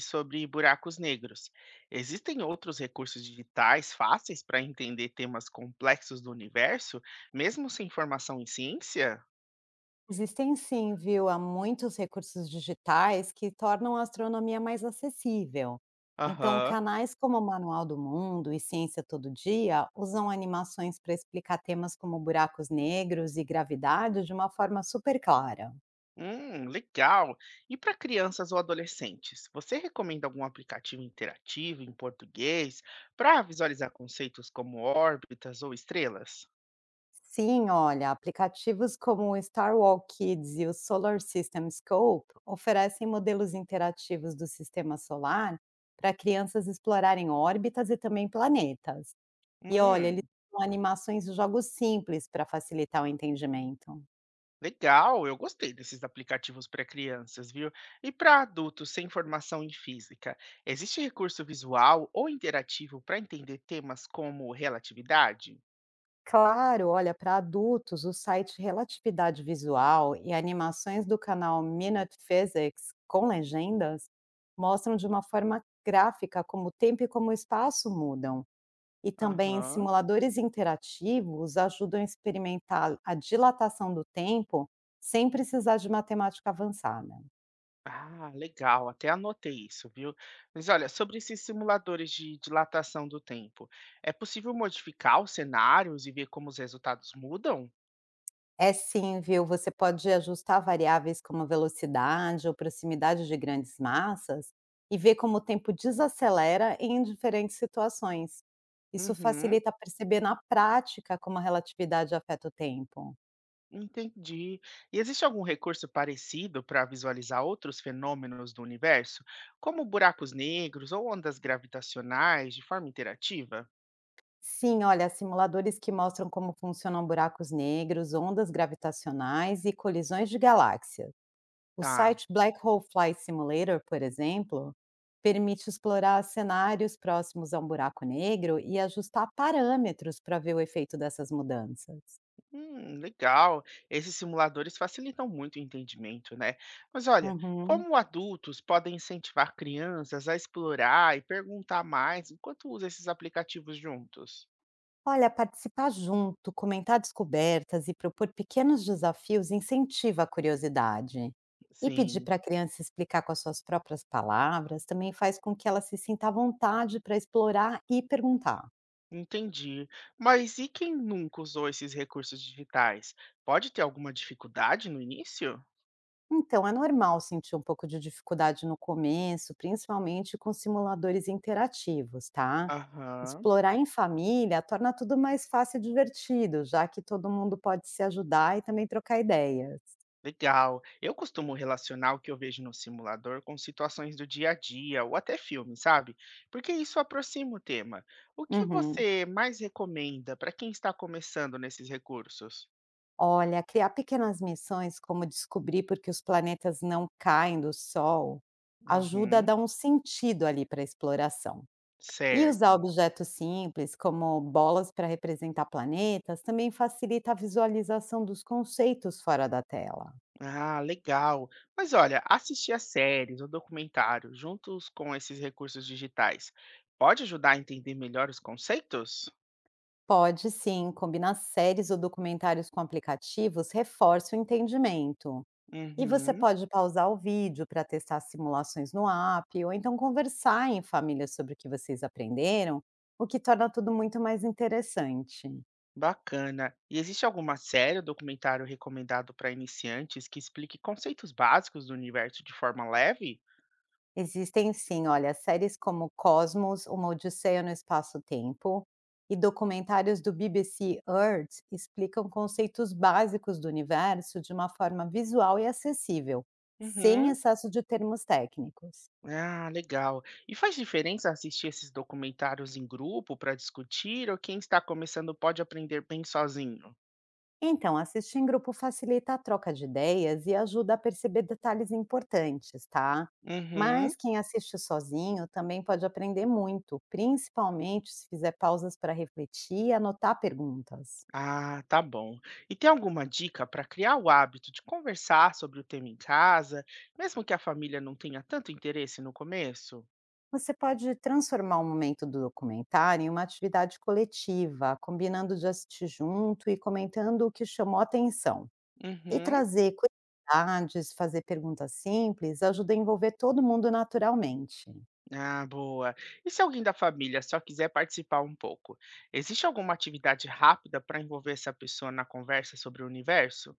Sobre buracos negros. Existem outros recursos digitais fáceis para entender temas complexos do universo, mesmo sem formação em ciência? Existem sim, viu? Há muitos recursos digitais que tornam a astronomia mais acessível. Então, Aham. canais como o Manual do Mundo e Ciência Todo Dia usam animações para explicar temas como buracos negros e gravidade de uma forma super clara. Legal. E para crianças ou adolescentes, você recomenda algum aplicativo interativo em português para visualizar conceitos como órbitas ou estrelas? Sim, olha, aplicativos como o Star Walk Kids e o Solar System Scope oferecem modelos interativos do sistema solar para crianças explorarem órbitas e também planetas. E olha, eles Hum. são animações e jogos simples para facilitar o entendimento. Legal, eu gostei desses aplicativos para crianças, viu? E para adultos sem formação em física, existe recurso visual ou interativo para entender temas como relatividade? Claro, olha, para adultos, o site Relatividade Visual e animações do canal Minute Physics com legendas mostram de uma forma gráfica como o tempo e como o espaço mudam. E também Aham. simuladores interativos ajudam a experimentar a dilatação do tempo sem precisar de matemática avançada. Ah, legal, até anotei isso, viu? Mas olha, sobre esses simuladores de dilatação do tempo, é possível modificar os cenários e ver como os resultados mudam? É sim, viu? Você pode ajustar variáveis como a velocidade ou proximidade de grandes massas e ver como o tempo desacelera em diferentes situações. Isso Uhum. facilita perceber na prática como a relatividade afeta o tempo. Entendi. E existe algum recurso parecido para visualizar outros fenômenos do universo, como buracos negros ou ondas gravitacionais, de forma interativa? Sim, olha, simuladores que mostram como funcionam buracos negros, ondas gravitacionais e colisões de galáxias. O Tá, site Black Hole Flight Simulator, por exemplo, permite explorar cenários próximos a um buraco negro e ajustar parâmetros para ver o efeito dessas mudanças. Legal. Esses simuladores facilitam muito o entendimento, né? Mas olha, Uhum. como adultos podem incentivar crianças a explorar e perguntar mais enquanto usam esses aplicativos juntos? Olha, participar junto, comentar descobertas e propor pequenos desafios incentiva a curiosidade. E pedir Sim. para a criança explicar com as suas próprias palavras também faz com que ela se sinta à vontade para explorar e perguntar. Entendi. Mas e quem nunca usou esses recursos digitais? Pode ter alguma dificuldade no início? Então, é normal sentir um pouco de dificuldade no começo, principalmente com simuladores interativos, tá? Aham, Explorar em família torna tudo mais fácil e divertido, já que todo mundo pode se ajudar e também trocar ideias. legal. Eu costumo relacionar o que eu vejo no simulador com situações do dia a dia ou até filme, sabe? Porque isso aproxima o tema. O que Uhum. você mais recomenda para quem está começando nesses recursos? Olha, criar pequenas missões, como descobrir por que os planetas não caem do Sol, ajuda a Uhum, dar um sentido ali para a exploração. E usar certo. objetos simples, como bolas para representar planetas, também facilita a visualização dos conceitos fora da tela. Ah, legal. Mas olha, assistir a séries ou documentários juntos com esses recursos digitais pode ajudar a entender melhor os conceitos? Pode sim, combinar séries ou documentários com aplicativos reforça o entendimento. E você Uhum, pode pausar o vídeo para testar simulações no app, ou então conversar em família sobre o que vocês aprenderam, o que torna tudo muito mais interessante. bacana. E existe alguma série ou documentário recomendado para iniciantes que explique conceitos básicos do universo de forma leve? Existem sim, olha, séries como Cosmos, Uma Odisseia no Espaço-Tempo e documentários do BBC Earth explicam conceitos básicos do universo de uma forma visual e acessível, sem Uhum. excesso de termos técnicos. Ah, legal. E faz diferença assistir esses documentários em grupo para discutir ou quem está começando pode aprender bem sozinho? Então, assistir em grupo facilita a troca de ideias e ajuda a perceber detalhes importantes, tá? Uhum. Mas quem assiste sozinho também pode aprender muito, principalmente se fizer pausas para refletir e anotar perguntas. Ah, tá bom. E tem alguma dica para criar o hábito de conversar sobre o tema em casa, mesmo que a família não tenha tanto interesse no começo? Você pode transformar o momento do documentário em uma atividade coletiva, combinando de assistir junto e comentando o que chamou a atenção. E Uhum. trazer curiosidades, fazer perguntas simples, ajuda a envolver todo mundo naturalmente. Ah, boa. E se alguém da família só quiser participar um pouco, existe alguma atividade rápida para envolver essa pessoa na conversa sobre o universo?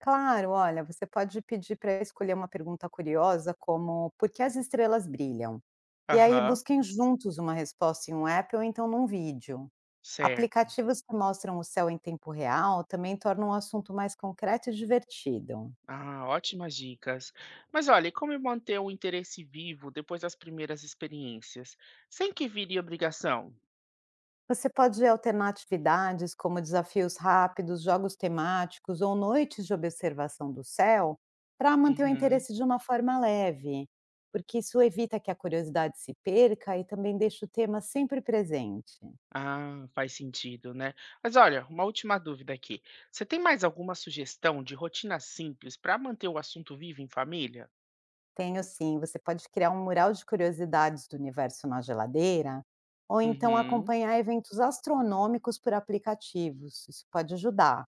Claro, olha, você pode pedir para escolher uma pergunta curiosa, como por que as estrelas brilham? E aí Aham, busquem juntos uma resposta em um app ou então num vídeo. certo. Aplicativos que mostram o céu em tempo real também tornam o assunto mais concreto e divertido. Ah, ótimas dicas. Mas olha, e como manter o interesse vivo depois das primeiras experiências, sem que vire obrigação? Você pode alternar atividades como desafios rápidos, jogos temáticos ou noites de observação do céu para manter o Uhum. interesse de uma forma leve, porque isso evita que a curiosidade se perca e também deixa o tema sempre presente. Ah, faz sentido, né? Mas olha, uma última dúvida aqui. Você tem mais alguma sugestão de rotina simples para manter o assunto vivo em família? Tenho sim, você pode criar um mural de curiosidades do universo na geladeira ou então Uhum, acompanhar eventos astronômicos por aplicativos. Isso pode ajudar.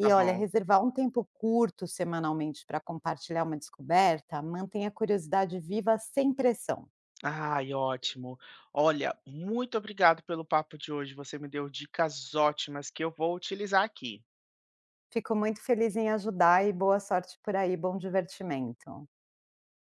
tá olha, bom. reservar um tempo curto semanalmente para compartilhar uma descoberta mantém a curiosidade viva sem pressão. Ai, ótimo. Olha, muito obrigado pelo papo de hoje. Você me deu dicas ótimas que eu vou utilizar aqui. Fico muito feliz em ajudar e boa sorte por aí, bom divertimento.